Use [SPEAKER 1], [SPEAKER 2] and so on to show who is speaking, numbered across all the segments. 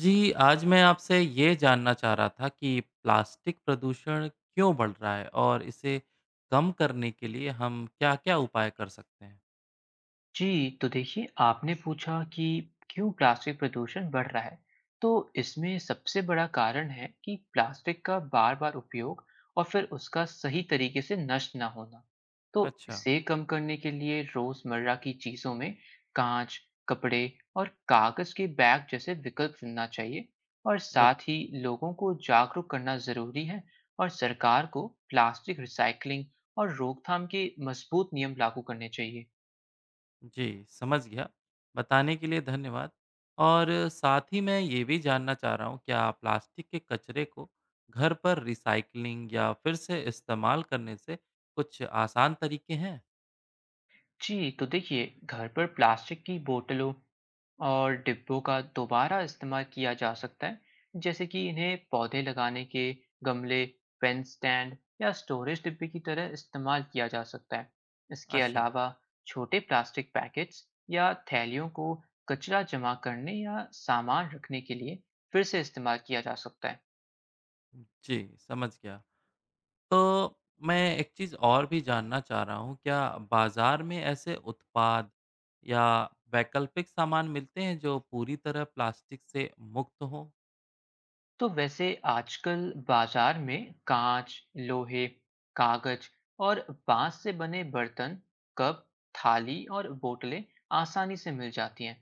[SPEAKER 1] जी, आज मैं आपसे ये जानना चाह रहा था कि प्लास्टिक प्रदूषण क्यों बढ़ रहा है और इसे कम करने के लिए हम क्या-क्या उपाय कर सकते हैं?
[SPEAKER 2] जी, तो देखिए आपने पूछा कि क्यों प्लास्टिक प्रदूषण बढ़ रहा है, तो इसमें सबसे बड़ा कारण है कि प्लास्टिक का बार-बार उपयोग और फिर उसका सही तरीके से नष्ट ना होना। तो
[SPEAKER 1] अच्छा।
[SPEAKER 2] इसे कम करने के लिए रोजमर्रा की चीजों में कांच, कपड़े और कागज के बैग जैसे विकल्प चुनना चाहिए और
[SPEAKER 1] बिल्कुल।
[SPEAKER 2] साथ ही लोगों को जागरूक करना जरूरी है और सरकार को प्लास्टिक रिसाइकलिंग और रोकथाम के मजबूत नियम लागू करने चाहिए।
[SPEAKER 1] जी, समझ गया। बताने के लिए धन्यवाद। और साथ ही मैं ये भी जानना चाह रहा हूँ, क्या प्लास्टिक के कचरे को घर पर रिसाइक्लिंग या फिर से इस्तेमाल करने से कुछ आसान तरीके हैं?
[SPEAKER 2] जी, तो देखिए घर पर प्लास्टिक की बोतलों और डिब्बों का दोबारा इस्तेमाल किया जा सकता है, जैसे कि इन्हें पौधे लगाने के गमले, पेन स्टैंड या स्टोरेज डिब्बे की तरह इस्तेमाल किया जा सकता है। इसके
[SPEAKER 1] अच्छा।
[SPEAKER 2] अलावा छोटे प्लास्टिक पैकेट्स या थैलियों को कचरा जमा करने या सामान रखने के लिए फिर से इस्तेमाल किया जा सकता है।
[SPEAKER 1] जी, समझ गया। तो मैं एक चीज़ और भी जानना चाह रहा हूँ, क्या बाज़ार में ऐसे उत्पाद या वैकल्पिक सामान मिलते हैं जो पूरी तरह प्लास्टिक से मुक्त हों?
[SPEAKER 2] तो वैसे आजकल बाजार में कांच, लोहे, कागज और बांस से बने बर्तन, कप, थाली और बोतलें आसानी से मिल जाती हैं।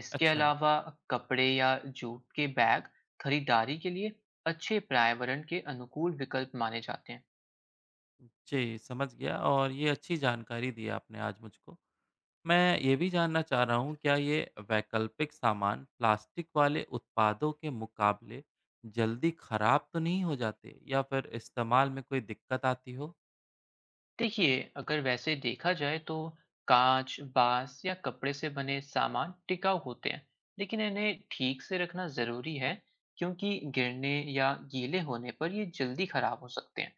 [SPEAKER 2] इसके
[SPEAKER 1] अच्छा।
[SPEAKER 2] अलावा कपड़े या जूट के बैग खरीदारी के लिए अच्छे पर्यावरण के अनुकूल विकल्प माने जाते हैं।
[SPEAKER 1] जी, समझ गया और ये अच्छी जानकारी दी आपने आज मुझको। मैं ये भी जानना चाह रहा हूँ, क्या ये वैकल्पिक सामान प्लास्टिक वाले उत्पादों के मुकाबले जल्दी खराब तो नहीं हो जाते या फिर इस्तेमाल में कोई दिक्कत आती हो?
[SPEAKER 2] देखिए, अगर वैसे देखा जाए तो कांच, बांस या कपड़े से बने सामान टिकाऊ होते हैं, लेकिन इन्हें ठीक से रखना ज़रूरी है क्योंकि गिरने या गीले होने पर ये जल्दी खराब हो सकते हैं।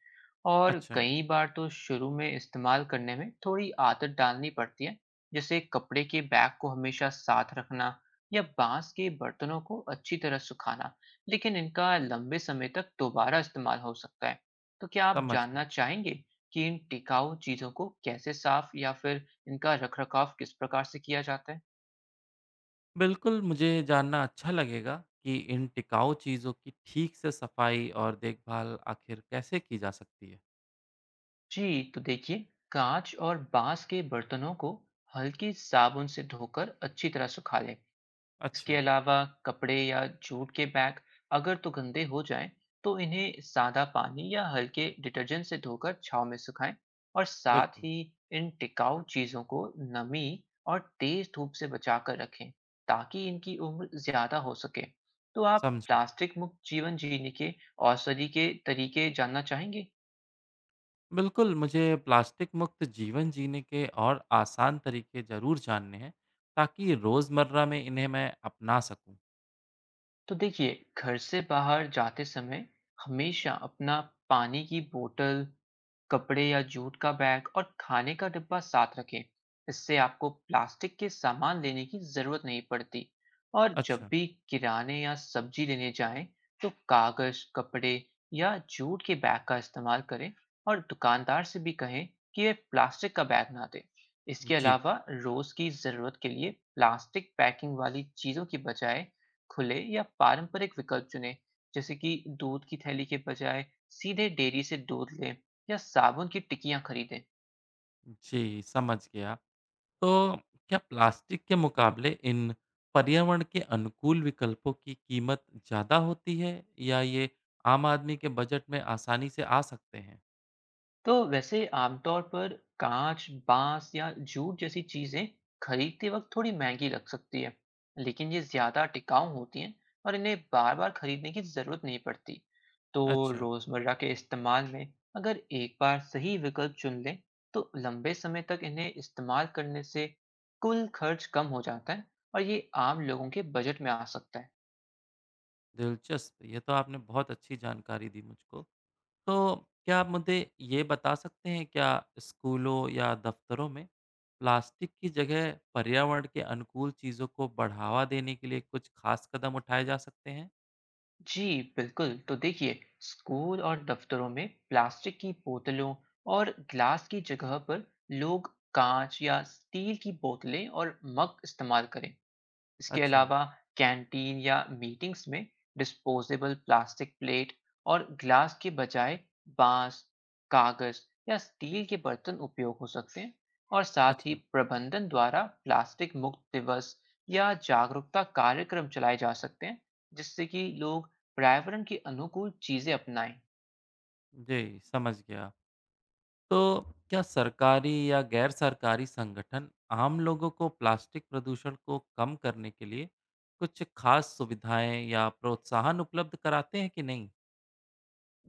[SPEAKER 2] और
[SPEAKER 1] अच्छा।
[SPEAKER 2] कई बार तो शुरू में इस्तेमाल करने में थोड़ी आदत डालनी पड़ती है, जैसे कपड़े के बैग को हमेशा साथ रखना या बांस के बर्तनों को अच्छी तरह सुखाना, लेकिन इनका लंबे समय तक दोबारा इस्तेमाल हो सकता है। तो क्या आप
[SPEAKER 1] समझ
[SPEAKER 2] जानना
[SPEAKER 1] गया।
[SPEAKER 2] चाहेंगे कि इन टिकाऊ चीजों को कैसे साफ या फिर इनका रखरखाव किस प्रकार से किया जाता है।
[SPEAKER 1] बिल्कुल, मुझे जानना अच्छा लगेगा कि इन टिकाऊ चीज़ों की ठीक से सफाई और देखभाल आखिर कैसे की जा सकती है।
[SPEAKER 2] जी तो देखिए कांच और बांस के बर्तनों को हल्की साबुन से धोकर अच्छी तरह सुखा लें। इसके
[SPEAKER 1] अच्छा।
[SPEAKER 2] अलावा कपड़े या जूट के बैग अगर तो गंदे हो जाएं तो इन्हें सादा पानी या हल्के डिटर्जेंट से धोकर छांव में सुखाएं और साथ
[SPEAKER 1] बिल्कुल।
[SPEAKER 2] ही इन टिकाऊ चीज़ों को नमी और तेज धूप से बचाकर रखें ताकि इनकी उम्र ज़्यादा हो सके। तो आप
[SPEAKER 1] समझा।
[SPEAKER 2] प्लास्टिक मुक्त जीवन जीने के औषधि के तरीके जानना चाहेंगे।
[SPEAKER 1] बिल्कुल, मुझे प्लास्टिक मुक्त जीवन जीने के और आसान तरीके ज़रूर जानने हैं, ताकि रोज़मर्रा में इन्हें मैं अपना सकूँ।
[SPEAKER 2] तो देखिए घर से बाहर जाते समय हमेशा अपना पानी की बोतल, कपड़े या जूट का बैग और खाने का डिब्बा साथ रखें। इससे आपको प्लास्टिक के सामान लेने की ज़रूरत नहीं पड़ती। और जब
[SPEAKER 1] अच्छा।
[SPEAKER 2] भी किराने या सब्जी लेने जाएं तो कागज़, कपड़े या जूट के बैग का इस्तेमाल करें और दुकानदार से भी कहें कि वे प्लास्टिक का बैग ना दें। इसके
[SPEAKER 1] जी,
[SPEAKER 2] अलावा रोज़ की ज़रूरत के लिए प्लास्टिक पैकिंग वाली चीज़ों की बजाय खुले या पारंपरिक विकल्प चुनें, जैसे कि दूध की थैली के बजाय सीधे डेयरी से दूध लें या साबुन की टिकियाँ खरीदें।
[SPEAKER 1] जी, समझ गया। तो क्या प्लास्टिक के मुकाबले इन पर्यावरण के अनुकूल विकल्पों की कीमत ज़्यादा होती है या ये आम आदमी के बजट में आसानी से आ सकते हैं?
[SPEAKER 2] तो वैसे आमतौर पर काँच, बाँस या जूट जैसी चीज़ें खरीदते वक़्त थोड़ी महँगी लग सकती है, लेकिन ये ज़्यादा टिकाऊ होती हैं और इन्हें बार-बार खरीदने की ज़रूरत नहीं पड़ती। तो
[SPEAKER 1] अच्छा।
[SPEAKER 2] रोज़मर्रा के इस्तेमाल में अगर एक बार सही विकल्प चुन लें, तो लंबे समय तक इन्हें इस्तेमाल करने से कुल खर्च कम हो जाता है और ये आम लोगों के बजट में आ सकता है।
[SPEAKER 1] दिलचस्प। ये तो आपने बहुत अच्छी जानकारी दी मुझको। तो क्या आप मुझे ये बता सकते हैं क्या स्कूलों या दफ्तरों में प्लास्टिक की जगह पर्यावरण के अनुकूल चीज़ों को बढ़ावा देने के लिए कुछ खास कदम उठाए जा सकते हैं?
[SPEAKER 2] जी बिल्कुल। तो देखिए स्कूल और दफ्तरों में प्लास्टिक की बोतलों और ग्लास की जगह पर लोग कांच या स्टील की बोतलें और मग इस्तेमाल करें। इसके
[SPEAKER 1] अच्छा।
[SPEAKER 2] अलावा कैंटीन या मीटिंग्स में डिस्पोजेबल प्लास्टिक प्लेट और ग्लास के बजाय बांस, कागज या स्टील के बर्तन उपयोग हो सकते हैं और साथ ही
[SPEAKER 1] अच्छा।
[SPEAKER 2] प्रबंधन द्वारा प्लास्टिक मुक्त दिवस या जागरूकता कार्यक्रम चलाए जा सकते हैं जिससे कि लोग पर्यावरण के अनुकूल चीजें अपनाएं।
[SPEAKER 1] जी, समझ गया। तो क्या सरकारी या गैर सरकारी संगठन आम लोगों को प्लास्टिक प्रदूषण को कम करने के लिए कुछ खास सुविधाएं या प्रोत्साहन उपलब्ध कराते हैं कि नहीं?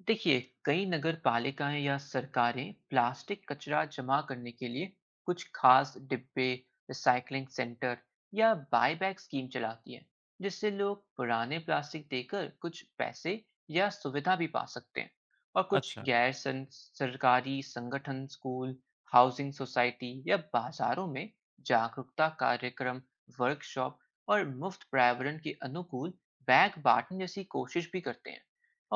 [SPEAKER 2] देखिए कई नगर पालिकाएं या सरकारें प्लास्टिक कचरा जमा करने के लिए कुछ खास डिब्बे, रिसाइकलिंग सेंटर या बायबैक स्कीम चलाती हैं, जिससे लोग पुराने प्लास्टिक देकर कुछ पैसे या सुविधा भी पा सकते हैं। और कुछ
[SPEAKER 1] अच्छा।
[SPEAKER 2] गैर सरकारी संगठन स्कूल, हाउसिंग सोसाइटी या बाजारों में जागरूकता कार्यक्रम, वर्कशॉप और मुफ्त पर्यावरण के अनुकूल बैग बांटने जैसी कोशिश भी करते हैं।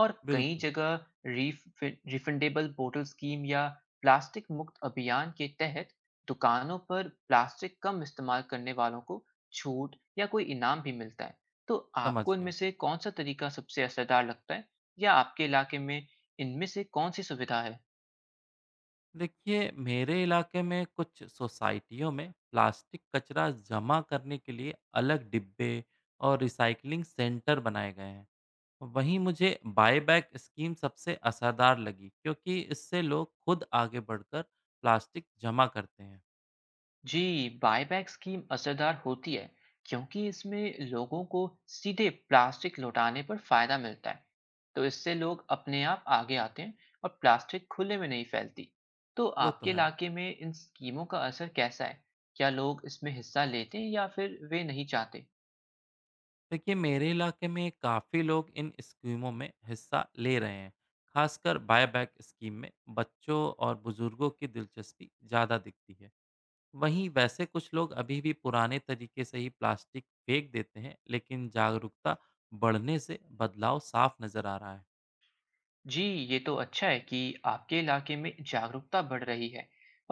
[SPEAKER 2] और कई
[SPEAKER 1] बिल्कुल।
[SPEAKER 2] जगह रिफंडेबल बोतल स्कीम या प्लास्टिक मुक्त अभियान के तहत दुकानों पर प्लास्टिक कम इस्तेमाल करने वालों को छूट या कोई इनाम भी मिलता है। तो
[SPEAKER 1] समझ
[SPEAKER 2] आपको इनमें
[SPEAKER 1] गया।
[SPEAKER 2] से कौन सा तरीका सबसे असरदार लगता है या आपके इलाके में इनमें से कौन सी सुविधा है?
[SPEAKER 1] देखिए, मेरे इलाके में कुछ सोसाइटियों में प्लास्टिक कचरा जमा करने के लिए अलग डिब्बे और रिसाइकलिंग सेंटर बनाए गए हैं। वहीं मुझे बायबैक स्कीम सबसे असरदार लगी क्योंकि इससे लोग खुद आगे बढ़कर प्लास्टिक जमा करते हैं।
[SPEAKER 2] जी बायबैक स्कीम असरदार होती है क्योंकि इसमें लोगों को सीधे प्लास्टिक लौटाने पर फायदा मिलता है। तो इससे लोग अपने आप आगे आते हैं और प्लास्टिक खुले में नहीं फैलती। तो
[SPEAKER 1] वो तो
[SPEAKER 2] आपके
[SPEAKER 1] है।
[SPEAKER 2] इलाके में इन स्कीमों का असर कैसा है? क्या लोग इसमें हिस्सा लेते हैं या फिर वे नहीं चाहते?
[SPEAKER 1] देखिए, मेरे इलाके में काफ़ी लोग इन स्कीमों में हिस्सा ले रहे हैं, खासकर बायबैक स्कीम में बच्चों और बुजुर्गों की दिलचस्पी ज़्यादा दिखती है। वहीं वैसे कुछ लोग अभी भी पुराने तरीके से ही प्लास्टिक फेंक देते हैं, लेकिन जागरूकता बढ़ने से बदलाव साफ नज़र आ रहा है।
[SPEAKER 2] जी, ये तो अच्छा है कि आपके इलाके में जागरूकता बढ़ रही है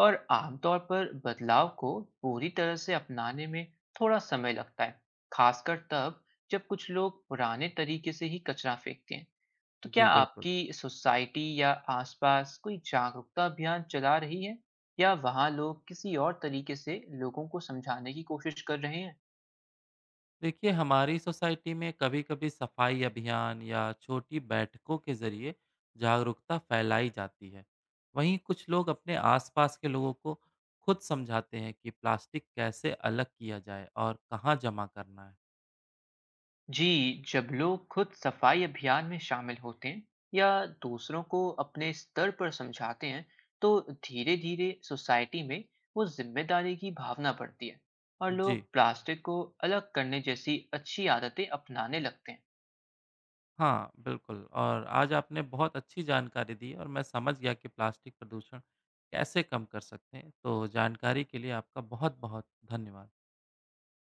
[SPEAKER 2] और आमतौर पर बदलाव को पूरी तरह से अपनाने में थोड़ा समय लगता है, खासकर तब जब कुछ लोग पुराने तरीके से ही कचरा फेंकते हैं। तो क्या
[SPEAKER 1] जी, बिल्कुल।
[SPEAKER 2] आपकी सोसाइटी या आसपास कोई जागरूकता अभियान चला रही है या वहाँ लोग किसी और तरीके से लोगों को समझाने की कोशिश कर रहे हैं?
[SPEAKER 1] देखिए, हमारी सोसाइटी में कभी-कभी सफाई अभियान या छोटी बैठकों के जरिए जागरूकता फैलाई जाती है। वहीं कुछ लोग अपने आसपास के लोगों को खुद समझाते हैं कि प्लास्टिक कैसे अलग किया जाए और कहाँ जमा करना है।
[SPEAKER 2] जी, जब लोग खुद सफाई अभियान में शामिल होते हैं या दूसरों को अपने स्तर पर समझाते हैं, तो धीरे-धीरे सोसाइटी में वो जिम्मेदारी की भावना बढ़ती है और
[SPEAKER 1] जी
[SPEAKER 2] लोग प्लास्टिक को अलग करने जैसी अच्छी आदतें अपनाने लगते हैं।
[SPEAKER 1] हाँ, बिल्कुल। और आज आपने बहुत अच्छी जानकारी दी और मैं समझ गया कि प्लास्टिक प्रदूषण कैसे कम कर सकते हैं। तो जानकारी के लिए आपका बहुत बहुत धन्यवाद।